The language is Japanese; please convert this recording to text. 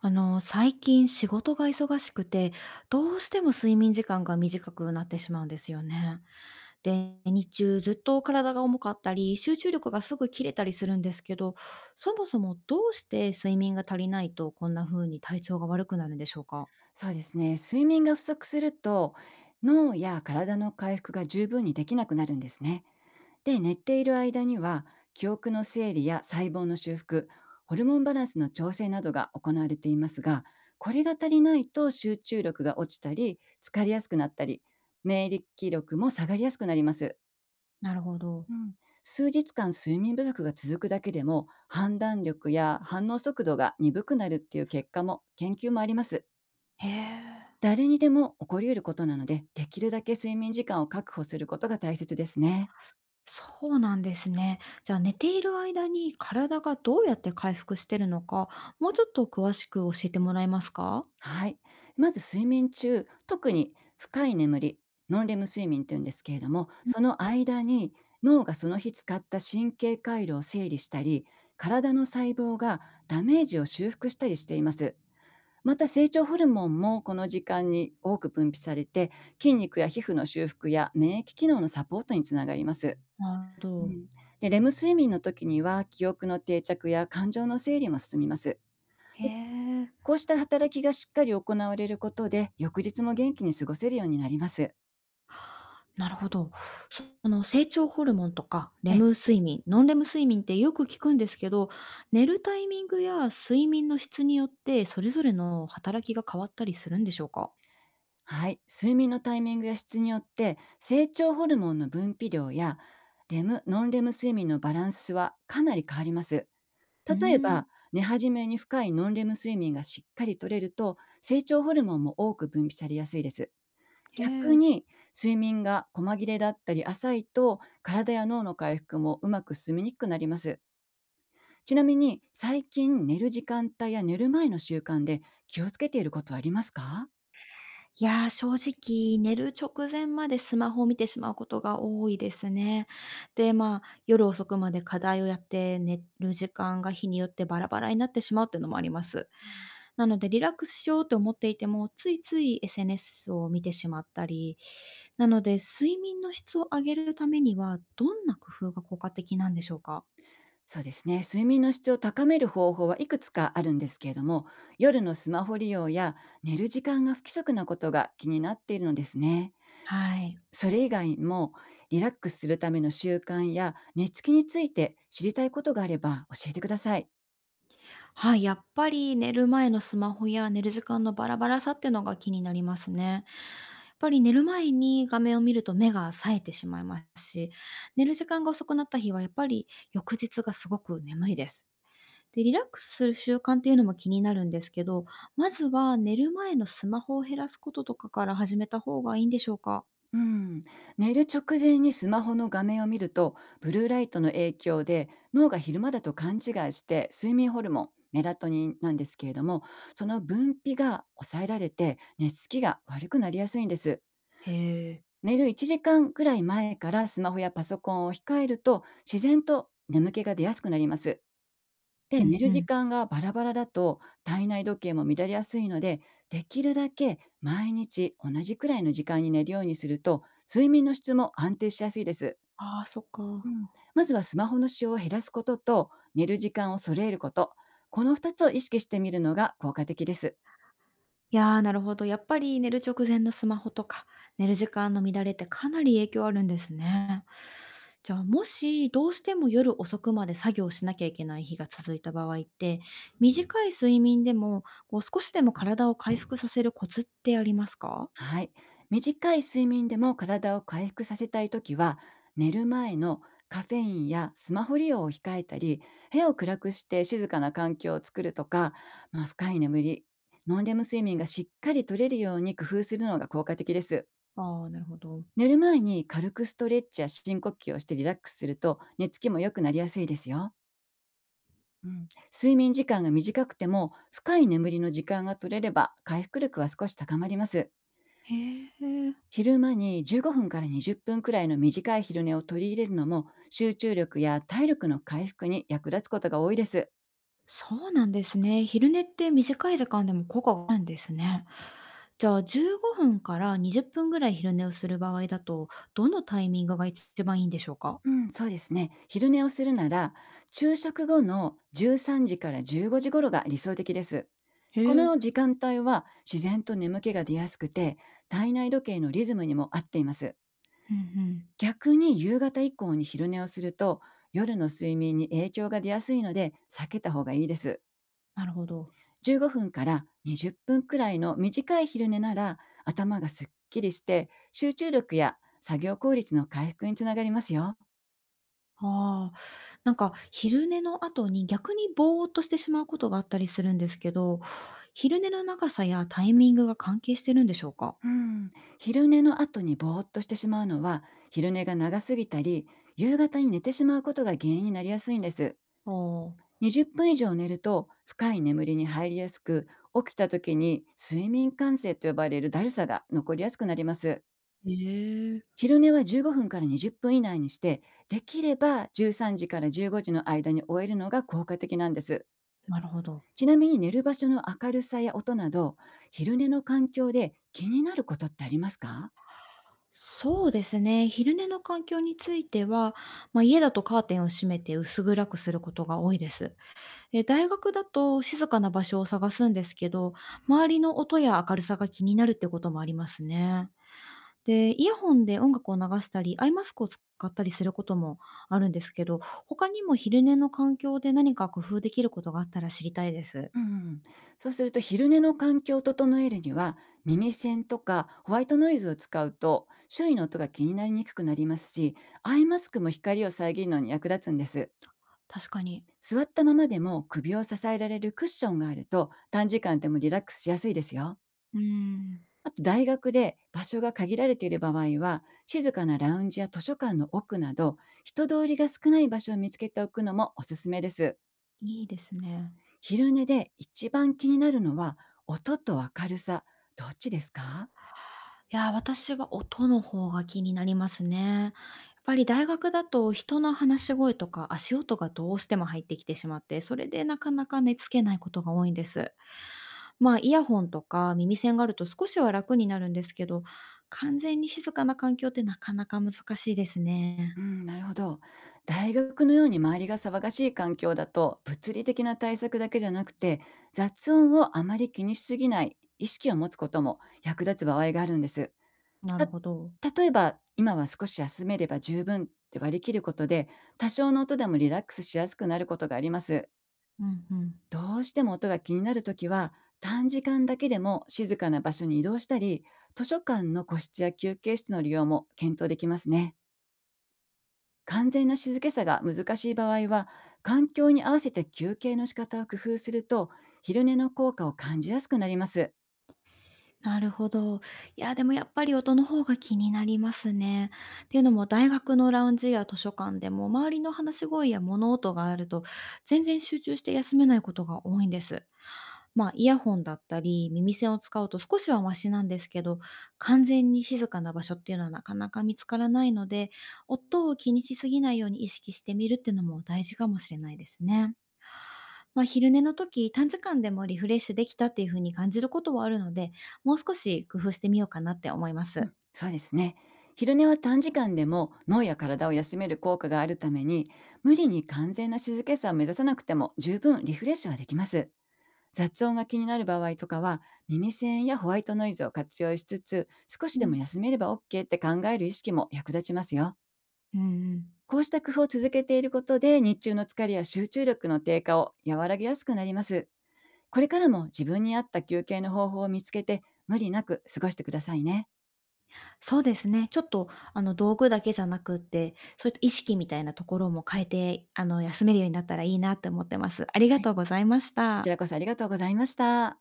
最近仕事が忙しくて、どうしても睡眠時間が短くなってしまうんですよね。で、日中ずっと体が重かったり、集中力がすぐ切れたりするんですけど、そもそもどうして睡眠が足りないとこんな風に体調が悪くなるんでしょうか？そうですね。睡眠が不足すると、脳や体の回復が十分にできなくなるんですね。で、寝ている間には、記憶の整理や細胞の修復、ホルモンバランスの調整などが行われていますが、これが足りないと集中力が落ちたり、疲れやすくなったり、免疫力も下がりやすくなります。なるほど。うん、数日間睡眠不足が続くだけでも判断力や反応速度が鈍くなるっていう結果も研究もあります。へえ。誰にでも起こり得ることなので、できるだけ睡眠時間を確保することが大切ですね。そうなんですね。じゃあ寝ている間に体がどうやって回復してるのか、もうちょっと詳しく教えてもらえますか？はい。まず睡眠中、特に深い眠り、ノンレム睡眠って言うんですけれども、その間に脳がその日使った神経回路を整理したり、体の細胞がダメージを修復したりしています。また成長ホルモンもこの時間に多く分泌されて、筋肉や皮膚の修復や免疫機能のサポートにつながります。なるほうど。ん、でレム睡眠の時には記憶の定着や感情の整理も進みます。へで、え。こうした働きがしっかり行われることで翌日も元気に過ごせるようになります。なるほど。その成長ホルモンとか、レえム睡眠、ノンレム睡眠ってよく聞くんですけど、寝るタイミングや睡眠の質によって、それぞれの働きが変わったりするんでしょうか？はい、睡眠のタイミングや質によって成長ホルモンの分泌量やレムノンレム睡眠のバランスはかなり変わります。うー例えん、ば、寝始めに深いノンレム睡眠がしっかり取れると成長ホルモンも多く分泌されやすいです。へ逆え。に睡眠が細切れだったり浅いと体や脳の回復もうまく進みにくくなります。ちなみに最近寝る時間帯や寝る前の習慣で気をつけていることはありますか？いやー、正直、寝る直前までスマホを見てしまうことが多いですね。で、まあ、夜遅くまで課題をやって寝る時間が日によってバラバラになってしまうっていうのもあります。なので、リラックスしようと思っていても、ついつい SNS を見てしまったり、なので、睡眠の質を上げるためには、どんな工夫が効果的なんでしょうか？そうですね、睡眠の質を高める方法はいくつかあるんですけれども、夜のスマホ利用や寝る時間が不規則なことが気になっているのですね。はい。それ以外にもリラックスするための習慣や寝つきについて知りたいことがあれば教えてください。はい、やっぱり寝る前のスマホや寝る時間のバラバラさってのが気になりますね。やっぱり寝る前に画面を見ると目が冴えてしまいますし、寝る時間が遅くなった日はやっぱり翌日がすごく眠いです。で、リラックスする習慣っていうのも気になるんですけど、まずは寝る前のスマホを減らすこととかから始めた方がいいんでしょうか？うん、寝る直前にスマホの画面を見るとブルーライトの影響で脳が昼間だと勘違いして、睡眠ホルモンメラトニンなんですけれども、その分泌が抑えられて寝つきが悪くなりやすいんです。へえ。寝る1時間くらい前からスマホやパソコンを控えると自然と眠気が出やすくなります。で、う寝んるう時ん。間がバラバラだと体内時計も乱れやすいので、できるだけ毎日同じくらいの時間に寝るようにすると、睡眠の質も安定しやすいです。ああ、そっうか。ん、まずはスマホの使用を減らすことと、寝る時間を揃えること、この2つを意識してみるのが効果的です。いやー、なるほど。やっぱり寝る直前のスマホとか、寝る時間の乱れってかなり影響あるんですね。じゃあ、もしどうしても夜遅くまで作業しなきゃいけない日が続いた場合って、短い睡眠でもこう少しでも体を回復させるコツってありますか？はい。短い睡眠でも体を回復させたいときは、寝る前のカフェインやスマホ利用を控えたり、部屋を暗くして静かな環境を作るとか、まあ、深い眠り、ノンレム睡眠がしっかり取れるように工夫するのが効果的です。ああー、なるほど。寝る前に軽くストレッチや深呼吸をしてリラックスすると寝つきも良くなりやすいですよ。うん、睡眠時間が短くても深い眠りの時間が取れれば回復力は少し高まります。へえ。昼間に15分から20分くらいの短い昼寝を取り入れるのも集中力や体力の回復に役立つことが多いです。そうなんですね。昼寝って短い時間でも効果があるんですね。じゃあ15分から20分ぐらい昼寝をする場合だと、どのタイミングが一番いいんでしょうか？うん、そうですね。昼寝をするなら昼食後の13時から15時頃が理想的です。へこえ、の時間帯は自然と眠気が出やすくて体内時計のリズムにも合っています。うんうん。逆に夕方以降に昼寝をすると夜の睡眠に影響が出やすいので避けた方がいいです。なるほど。15分から20分くらいの短い昼寝なら頭がすっきりして集中力や作業効率の回復につながりますよ。ああ、なんか昼寝の後に逆にぼーっとしてしまうことがあったりするんですけど、昼寝の長さやタイミングが関係してるんでしょうか？うん、昼寝の後にぼーっとしてしまうのは昼寝が長すぎたり夕方に寝てしまうことが原因になりやすいんです。ああ、20分以上寝ると深い眠りに入りやすく、起きた時に睡眠感性と呼ばれるだるさが残りやすくなります。へえ、昼寝は15分から20分以内にして、できれば13時から15時の間に終えるのが効果的なんです。なるほど。ちなみに寝る場所の明るさや音など、昼寝の環境で気になることってありますか？そうですね。昼寝の環境については、まあ、家だとカーテンを閉めて薄暗くすることが多いです。で大学だと静かな場所を探すんですけど、周りの音や明るさが気になるってこともありますね。で、イヤホンで音楽を流したり、アイマスクを使ったりすることもあるんですけど、他にも昼寝の環境で何か工夫できることがあったら知りたいです。うん、そうすると昼寝の環境を整えるには、耳栓とかホワイトノイズを使うと周囲の音が気になりにくくなりますし、アイマスクも光を遮るのに役立つんです。確かに。座ったままでも首を支えられるクッションがあると短時間でもリラックスしやすいですよ。うん、あと大学で場所が限られている場合は、静かなラウンジや図書館の奥など、人通りが少ない場所を見つけておくのもおすすめです。いいですね。昼寝で一番気になるのは、音と明るさ、どっちですか？いやー、私は音の方が気になりますね。やっぱり大学だと人の話し声とか足音がどうしても入ってきてしまって、それでなかなか寝つけないことが多いんです。まあ、イヤホンとか耳栓があると少しは楽になるんですけど、完全に静かな環境ってなかなか難しいですうね。ん、なるほど。大学のように周りが騒がしい環境だと、物理的な対策だけじゃなくて、雑音をあまり気にしすぎない意識を持つことも役立つ場合があるんです。なるたほど。例えば、今は少し休めれば十分って割り切ることで、多少の音でもリラックスしやすくなることがあります。うんうん。どうしても音が気になるときは、短時間だけでも静かな場所に移動したり、図書館の個室や休憩室の利用も検討できますね。完全な静けさが難しい場合は、環境に合わせて休憩の仕方を工夫すると、昼寝の効果を感じやすくなります。なるほど。いや、でもやっぱり音の方が気になりますね。っていうのも大学のラウンジや図書館でも周りの話し声や物音があると全然集中して休めないことが多いんです。まあイヤホンだったり耳栓を使うと少しはマシなんですけど、完全に静かな場所っていうのはなかなか見つからないので、音を気にしすぎないように意識してみるっていうのも大事かもしれないですね。まあ、昼寝の時短時間でもリフレッシュできたっていう風に感じることはあるので、もう少し工夫してみようかなって思います。そうですね。昼寝は短時間でも脳や体を休める効果があるために、無理に完全な静けさを目指さなくても十分リフレッシュはできます。雑音が気になる場合とかは、耳栓やホワイトノイズを活用しつつ、少しうでもん。休めれば OK って考える意識も役立ちますよ。うんうん。こうした工夫を続けていることで、日中の疲れや集中力の低下を和らげやすくなります。これからも自分に合った休憩の方法を見つけて、無理なく過ごしてくださいね。そうですね。ちょっと、道具だけじゃなくって、そういった意識みたいなところも変えて、休めるようになったらいいなって思ってます。ありはがい。ことうございましちた。らこそありがとうございました。